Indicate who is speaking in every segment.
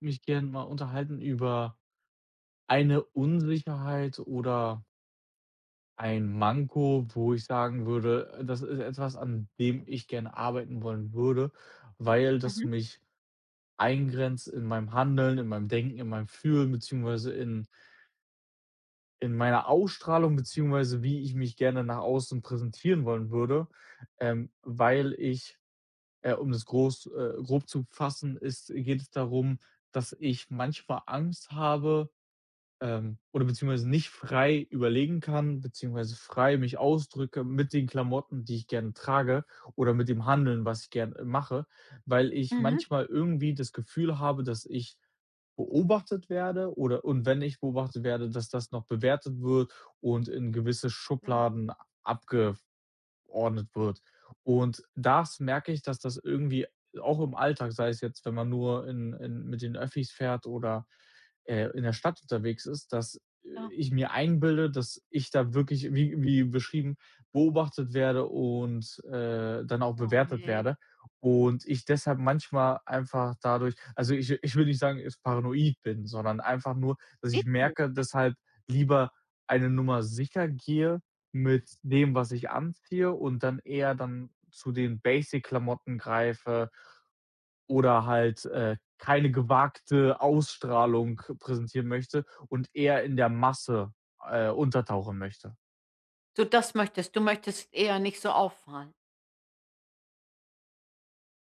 Speaker 1: Mich gern mal unterhalten über eine Unsicherheit oder ein Manko, wo ich sagen würde, das ist etwas, an dem ich gerne arbeiten wollen würde, weil das
Speaker 2: Mhm,
Speaker 1: mich eingrenzt in meinem Handeln, in meinem Denken, in meinem Fühlen, beziehungsweise in meiner Ausstrahlung, beziehungsweise wie ich mich gerne nach außen präsentieren wollen würde, weil um das grob zu fassen, geht es darum, dass ich manchmal Angst habe. Oder beziehungsweise nicht frei überlegen kann, beziehungsweise frei mich ausdrücke mit den Klamotten, die ich gerne trage oder mit dem Handeln, was ich gerne mache, weil ich
Speaker 2: mhm.
Speaker 1: manchmal irgendwie das Gefühl habe, dass ich beobachtet werde, oder und wenn ich beobachtet werde, dass das noch bewertet wird und in gewisse
Speaker 2: Klar,
Speaker 1: Schubladen abge ordnet wird. Und das merke ich, dass das irgendwie auch im Alltag, sei es jetzt, wenn man nur in mit den Öffis fährt oder, in der Stadt unterwegs ist, dass
Speaker 2: klar.
Speaker 1: ich mir einbilde, dass ich da wirklich wie beschrieben beobachtet werde und, dann auch
Speaker 2: Oh,
Speaker 1: bewertet
Speaker 2: ne.
Speaker 1: werde und ich deshalb manchmal einfach dadurch, also, ich will nicht sagen, ich paranoid bin, sondern einfach nur, dass
Speaker 2: Ne,
Speaker 1: ich
Speaker 2: ne.
Speaker 1: merke, deshalb lieber eine Nummer sicher gehe mit dem, was ich anziehe, und dann eher dann zu den Basic-Klamotten greife oder halt, keine gewagte Ausstrahlung präsentieren möchte und eher in der Masse, untertauchen möchte.
Speaker 2: Du das möchtest du möchtest eher nicht so auffallen.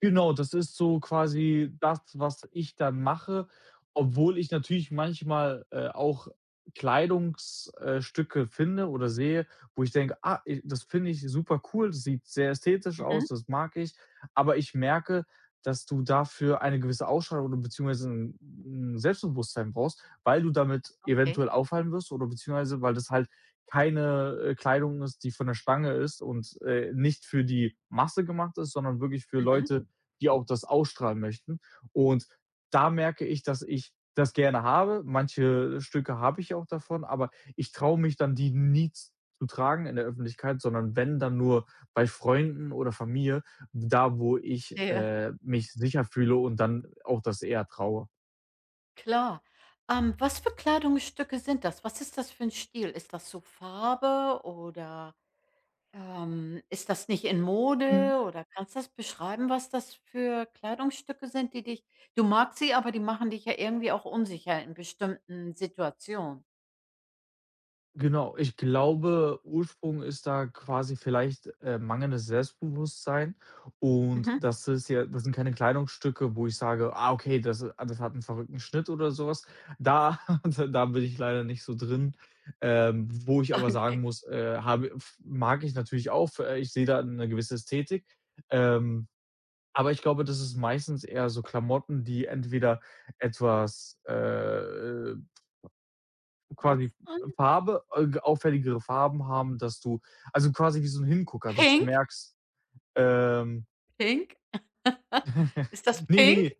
Speaker 1: Genau, das ist so quasi das, was ich dann mache, obwohl ich natürlich manchmal, auch Kleidungsstücke Stücke finde oder sehe, wo ich denke: „Ah, i das finde ich super cool, das sieht sehr ästhetisch
Speaker 2: Mhm,
Speaker 1: aus, das mag ich.“ Aber ich merke, dass du dafür eine gewisse Ausstrahlung oder beziehungsweise 'n Selbstbewusstsein brauchst, weil du damit eventuell
Speaker 2: okay.
Speaker 1: auffallen wirst oder beziehungsweise weil das halt keine, Kleidung ist, die von der Stange ist und, nicht für die Masse gemacht ist, sondern wirklich für
Speaker 2: Mhm,
Speaker 1: Leute, die auch das ausstrahlen möchten. Und da merke ich, dass ich das gerne habe. Manche Stücke habe ich auch davon, aber ich traue mich dann, die nie zu tragen in der Öffentlichkeit, sondern wenn, dann nur bei Freunden oder Familie, da wo ich
Speaker 2: verstehe.
Speaker 1: mich sicher fühle und dann auch das eher traue.
Speaker 2: Klar. Was für Kleidungsstücke sind das? Was ist das für 'n Stil? Ist das so Farbe oder, ist das nicht in
Speaker 1: Mhm.
Speaker 2: Mode oder kannst das beschreiben, was das für Kleidungsstücke sind, die dich du magst sie, aber die machen dich ja irgendwie auch unsicher in bestimmten Situationen?
Speaker 1: Genau, ich glaube, Ursprung ist da quasi vielleicht, mangelndes Selbstbewusstsein, und
Speaker 2: Mhm,
Speaker 1: das ist ja, das sind keine Kleidungsstücke, wo ich sage: „Ah, okay, das das hat einen verrückten Schnitt“ oder sowas. Was. Da bin ich leider nicht so drin. Wo ich aber sagen
Speaker 2: okay.
Speaker 1: muss, habe f mag ich natürlich auch, ich sehe da eine gewisse Ästhetik. Ähm, aber ich glaube, das ist meistens eher so Klamotten, die entweder etwas, äh quasi
Speaker 2: Auffallend?
Speaker 1: Farbe auffälligere Farben haben, dass du, also, quasi wie so 'n Hingucker, dass du
Speaker 2: Pink?
Speaker 1: merkst, ähm.
Speaker 2: Pink? Ist das
Speaker 1: Ne, ne.
Speaker 2: pink?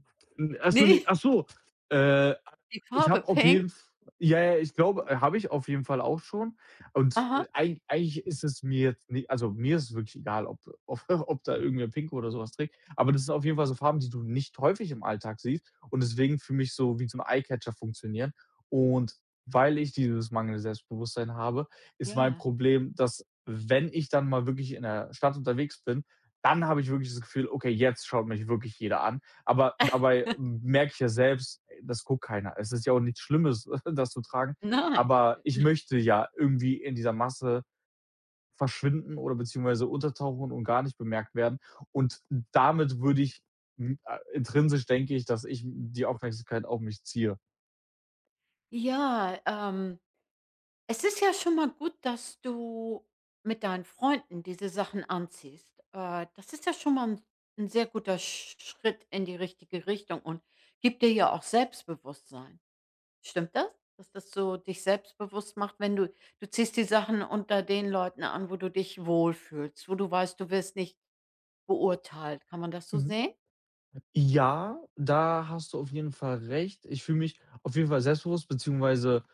Speaker 1: Ach so, ne,
Speaker 2: Ne,
Speaker 1: ach so. Äh,
Speaker 2: die
Speaker 1: ich
Speaker 2: Farbe
Speaker 1: habe auf
Speaker 2: pink?
Speaker 1: jeden F ja, ja, ich glaube, habe ich auf jeden Fall auch schon. Und,
Speaker 2: Aha,
Speaker 1: eigentlich ist es mir jetzt ni also, mir ist es wirklich egal, ob ob da irgendwer Pink oder so was trägt. Aber das sind auf jeden Fall so Farben, die du nicht häufig im Alltag siehst und deswegen für mich so wie so 'n Eyecatcher funktionieren. Und weil ich dieses mangelnde Selbstbewusstsein habe, ist mein
Speaker 2: ja.
Speaker 1: Problem, dass, wenn ich dann mal wirklich in der Stadt unterwegs bin, dann habe ich wirklich das Gefühl, okay, jetzt schaut mich wirklich jeder an. Aber dabei merke ich ja selbst, ey, das guckt keiner. Es ist ja auch nichts Schlimmes, das zu tragen.
Speaker 2: Nein.
Speaker 1: Aber ich möchte ja irgendwie in dieser Masse verschwinden oder beziehungsweise untertauchen und gar nicht bemerkt werden. Und damit würde ich intrinsisch denke ich, dass ich die Aufmerksamkeit auf mich ziehe.
Speaker 2: Ja, es ist ja schon mal gut, dass du mit deinen Freunden diese Sachen anziehst. Das ist ja schon mal ein 'n sehr guter Sch Schritt in die richtige Richtung und gibt dir ja auch Selbstbewusstsein. Stimmt das? Dass das so dich selbstbewusst macht, wenn du ziehst die Sachen unter den Leuten an, wo du dich wohlfühlst, wo du weißt, du wirst nicht beurteilt. Kann man das so
Speaker 1: Mhm.
Speaker 2: sehen?
Speaker 1: Ja, da hast du auf jeden Fall recht. Ich fühle mich auf jeden Fall selbstbewusst, beziehungsweise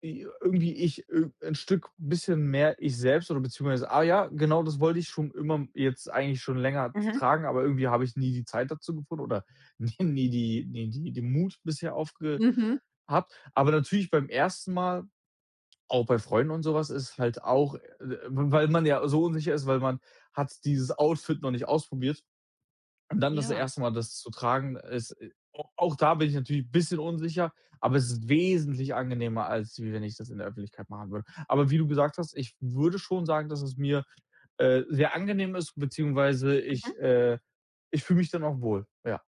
Speaker 1: irgendwie 'n Stück bisschen mehr ich selbst oder beziehungsweise ah ja, genau das wollte ich schon immer, jetzt eigentlich schon länger t
Speaker 2: Mhm.
Speaker 1: tragen, aber irgendwie habe ich nie die Zeit dazu gefunden oder nie nie die nie die den Mut bisher aufge
Speaker 2: Mhm,
Speaker 1: habt. Aber natürlich beim ersten Mal, auch bei Freunden und sowas, ist halt auch, weil man ja so unsicher ist, weil man hat dieses Outfit noch nicht ausprobiert, und dann das
Speaker 2: ja.
Speaker 1: erste Mal das zu tragen, ist au auch da bin ich natürlich ein bisschen unsicher, aber es ist wesentlich angenehmer, als wie wenn ich das in der Öffentlichkeit machen würde. Aber wie du gesagt hast, ich würde schon sagen, dass es mir, sehr angenehm ist, beziehungsweise
Speaker 2: Mhm.
Speaker 1: ich fühle mich dann auch wohl, ja.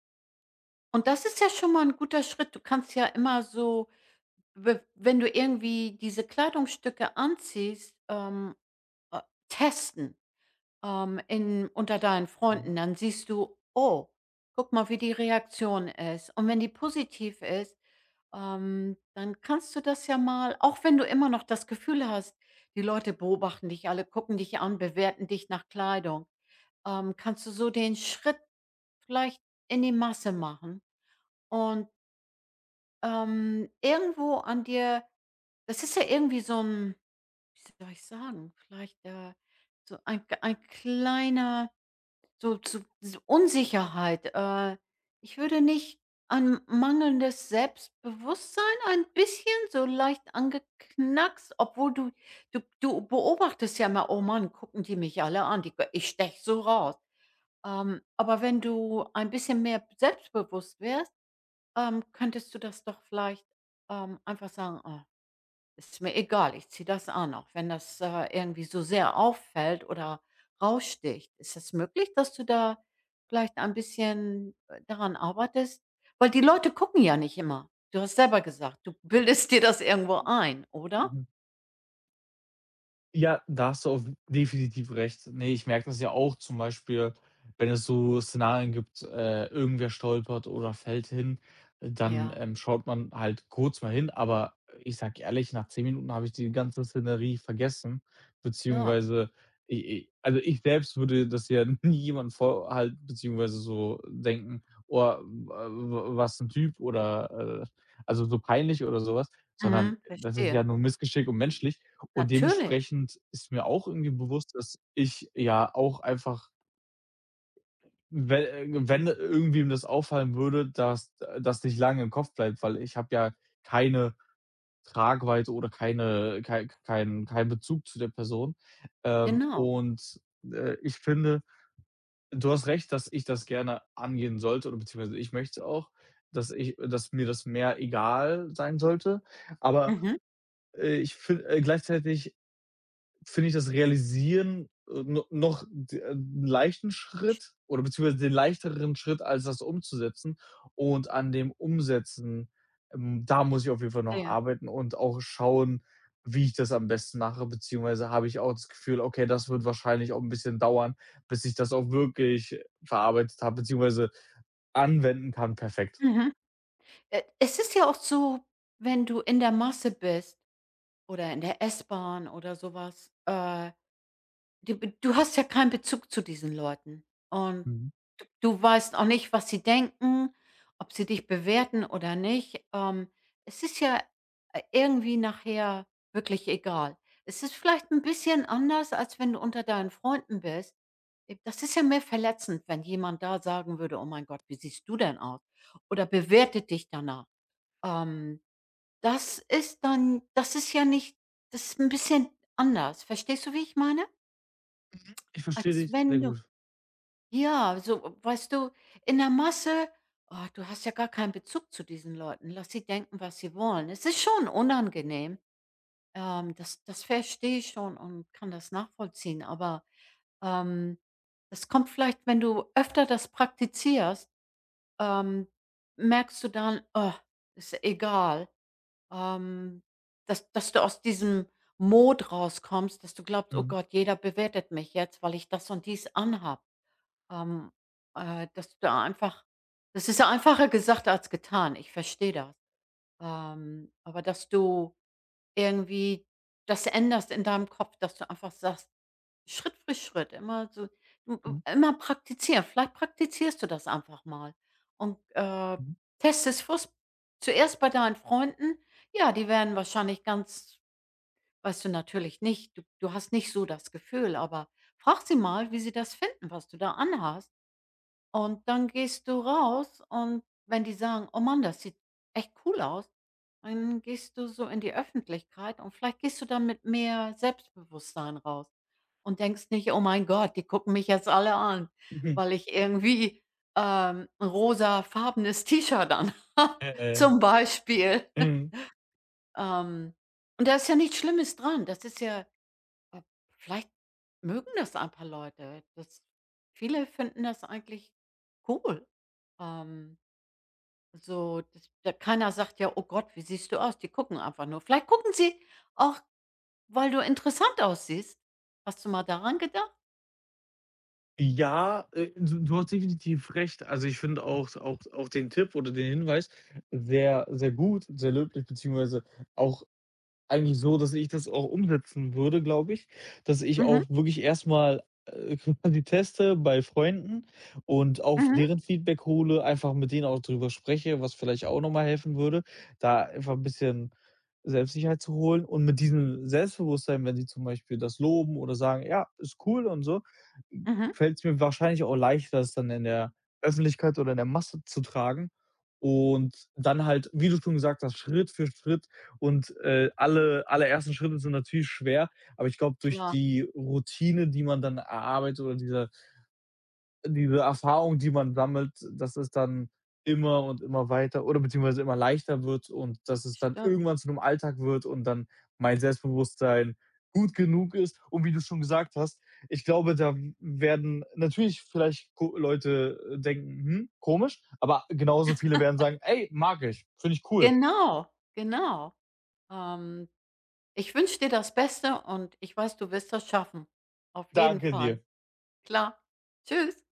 Speaker 2: Und das ist ja schon mal 'n guter Schritt. Du kannst ja immer so, we wenn du irgendwie diese Kleidungsstücke anziehst, äh, testen, in unter deinen
Speaker 1: Mhm.
Speaker 2: Freunden. Dann siehst du: „Oh, guck mal, wie die Reaktion ist.“ Und wenn die positiv ist, dann kannst du das ja mal auch wenn du immer noch das Gefühl hast, die Leute beobachten dich alle, gucken dich an, bewerten dich nach Kleidung. Kannst du so den Schritt vielleicht in die Masse machen und, irgendwo an dir das ist ja irgendwie so 'n wie soll ich sagen, vielleicht, so ein k ein kleiner so Unsicherheit. Ich würde nicht an mangelndes Selbstbewusstsein ein bisschen so leicht angeknackst, obwohl du du beobachtest ja immer: „Oh Mann, gucken die mich alle an, die ich stech so raus.“ aber wenn du ein bisschen mehr selbstbewusst wärst, könntest du das doch vielleicht, einfach sagen: „Ah, ist mir egal, ich ziehe das an“, auch wenn das, irgendwie so sehr auffällt oder raussticht. Ist es das möglich, dass du da vielleicht ein bisschen, daran arbeitest? Weil die Leute gucken ja nicht immer. Du hast selber gesagt, du bildest dir das irgendwo ein, oder?
Speaker 1: Mhm. Ja, da hast du auf definitiv recht. Ne, ich merke das ja auch zum Beispiel, wenn es so Szenarien gibt, irgendwer stolpert oder fällt hin, dann,
Speaker 2: Ja,
Speaker 1: schaut man halt kurz mal hin, aber ich sag ehrlich, nach 10 Minuten habe ich die ganze Szenerie vergessen,
Speaker 2: klar.
Speaker 1: beziehungsweise i i also, ich selbst würde das ja nie jemandem vorhalten, beziehungsweise so denken: „Oh, w w was ein Typ“ oder, also, so peinlich oder sowas, sondern
Speaker 2: Mhm,
Speaker 1: das ist ja
Speaker 2: verstehe.
Speaker 1: nur Missgeschick und menschlich. Und
Speaker 2: Natürlich,
Speaker 1: dementsprechend ist mir auch irgendwie bewusst, dass ich ja auch einfach, wenn wenn irgendwem das auffallen würde, dass das nicht lange im Kopf bleibt, weil ich habe ja keine Tragweite oder keinen keinen Bezug zu der Person.
Speaker 2: genau.
Speaker 1: Und, ich finde, du hast recht, dass ich das gerne angehen sollte oder beziehungsweise ich möchte auch, dass ich, dass mir das mehr egal sein sollte. Aber,
Speaker 2: Mhm,
Speaker 1: ich finde gleichzeitig finde ich das Realisieren no noch d 'n leichten Schritt oder beziehungsweise den leichteren Schritt, als das umzusetzen. Und an dem Umsetzen, da muss ich auf jeden Fall noch
Speaker 2: verstehe.
Speaker 1: arbeiten und auch schauen, wie ich das am besten mache, beziehungsweise habe ich auch das Gefühl: „Okay, das wird wahrscheinlich auch ein bisschen dauern, bis ich das auch wirklich verarbeitet habe, beziehungsweise anwenden kann, perfekt.“
Speaker 2: Mhm. Es ist ja auch so, wenn du in der Masse bist oder in der S-Bahn oder sowas, äh, du du hast ja keinen Bezug zu diesen Leuten und
Speaker 1: Mhm.
Speaker 2: d du weißt auch nicht, was sie denken, ob sie dich bewerten oder nicht. Es ist ja, irgendwie nachher wirklich egal. Es ist vielleicht ein bisschen anders, als wenn du unter deinen Freunden bist. Das ist ja mehr verletzend, wenn jemand da sagen würde: „Oh mein Gott, wie siehst du denn aus?“ oder bewertet dich danach. Ähm, das ist dann das ist ja nicht das ist ein bisschen anders. Verstehst du, wie ich meine?
Speaker 1: Ich verstehe
Speaker 2: Als
Speaker 1: dich sehr
Speaker 2: wenn du
Speaker 1: gut.
Speaker 2: ja, so weißt du, in der Masse oh, du hast ja gar keinen Bezug zu diesen Leuten. Lass sie denken, was sie wollen. Es ist schon unangenehm. Das verstehe ich schon und kann das nachvollziehen, aber, ähm, das kommt vielleicht, wenn du öfter das praktizierst, ähm, merkst du dann: „Oh, ist egal.“ Ähm, dass du aus diesem Mod rauskommst, dass du glaubst: „Oh
Speaker 1: Mhm.
Speaker 2: Gott, jeder bewertet mich jetzt, weil ich das und dies anhab“. Ähm, Dass du da einfach das ist ja einfacher gesagt als getan, ich verstehe das. Aber dass du irgendwie das änderst in deinem Kopf, dass du einfach sagst: Schritt für Schritt, immer so m m
Speaker 1: Mhm.
Speaker 2: immer praktizieren. Vielleicht praktizierst du das einfach mal und,
Speaker 1: Mhm.
Speaker 2: testest fürst zuerst bei deinen Freunden. Ja, die werden wahrscheinlich ganz weißt du natürlich nicht, du hast nicht so das Gefühl, aber frag sie mal, wie sie das finden, was du da anhast. Und dann gehst du raus und wenn die sagen: „Oh Mann, das sieht echt cool aus“, dann gehst du so in die Öffentlichkeit und vielleicht gehst du dann mit mehr Selbstbewusstsein raus. Und denkst nicht: „Oh mein Gott, die gucken mich jetzt alle an,
Speaker 1: Mhm.
Speaker 2: weil ich irgendwie, 'n rosafarbenes T-Shirt anhabe“,
Speaker 1: Äh, äh.
Speaker 2: zum Beispiel.
Speaker 1: Mhm.
Speaker 2: Ähm, und da ist ja nichts Schlimmes dran. Das ist ja äh, vielleicht mögen das ein paar Leute. Das viele finden das eigentlich cool. Ähm, so, das da keiner sagt ja: „Oh Gott, wie siehst du aus?“ Die gucken einfach nur. Vielleicht gucken sie auch, weil du interessant aussiehst. Hast du mal daran gedacht?
Speaker 1: Ja, du hast definitiv recht. Also, ich finde auch den Tipp oder den Hinweis sehr, sehr gut, sehr löblich, beziehungsweise auch eigentlich so, dass ich das auch umsetzen würde, glaube ich, dass ich
Speaker 2: Mhm,
Speaker 1: auch wirklich erstmal mal, quasi teste bei Freunden und auch
Speaker 2: mhm,
Speaker 1: deren Feedback hole, einfach mit denen auch drüber spreche, was vielleicht auch noch mal helfen würde, da einfach ein bisschen Selbstsicherheit zu holen. Und mit diesem Selbstbewusstsein, wenn sie zum Beispiel das loben oder sagen: „Ja, ist cool“ und so,
Speaker 2: mhm.
Speaker 1: fällt es mir wahrscheinlich auch leichter, das dann in der Öffentlichkeit oder in der Masse zu tragen und dann halt, wie du schon gesagt hast, Schritt für Schritt. Und alle ersten Schritte sind natürlich schwer, aber ich glaube, durch
Speaker 2: Klar,
Speaker 1: die Routine, die man dann erarbeitet, oder diese, diese Erfahrung, die man sammelt, dass es dann immer und immer weiter oder beziehungsweise immer leichter wird und dass es dann
Speaker 2: stimmt.
Speaker 1: irgendwann zu einem Alltag wird und dann mein Selbstbewusstsein gut genug ist. Und wie du schon gesagt hast, ich glaube, da werden natürlich vielleicht Leute denken, hm, komisch, aber genauso viele werden sagen, ey, mag ich, finde ich cool,
Speaker 2: Genau, genau. Ähm, ich wünsche dir das Beste und ich weiß, du wirst das schaffen. Auf jeden
Speaker 1: danke
Speaker 2: Fall.
Speaker 1: dir.
Speaker 2: Klar. Tschüss.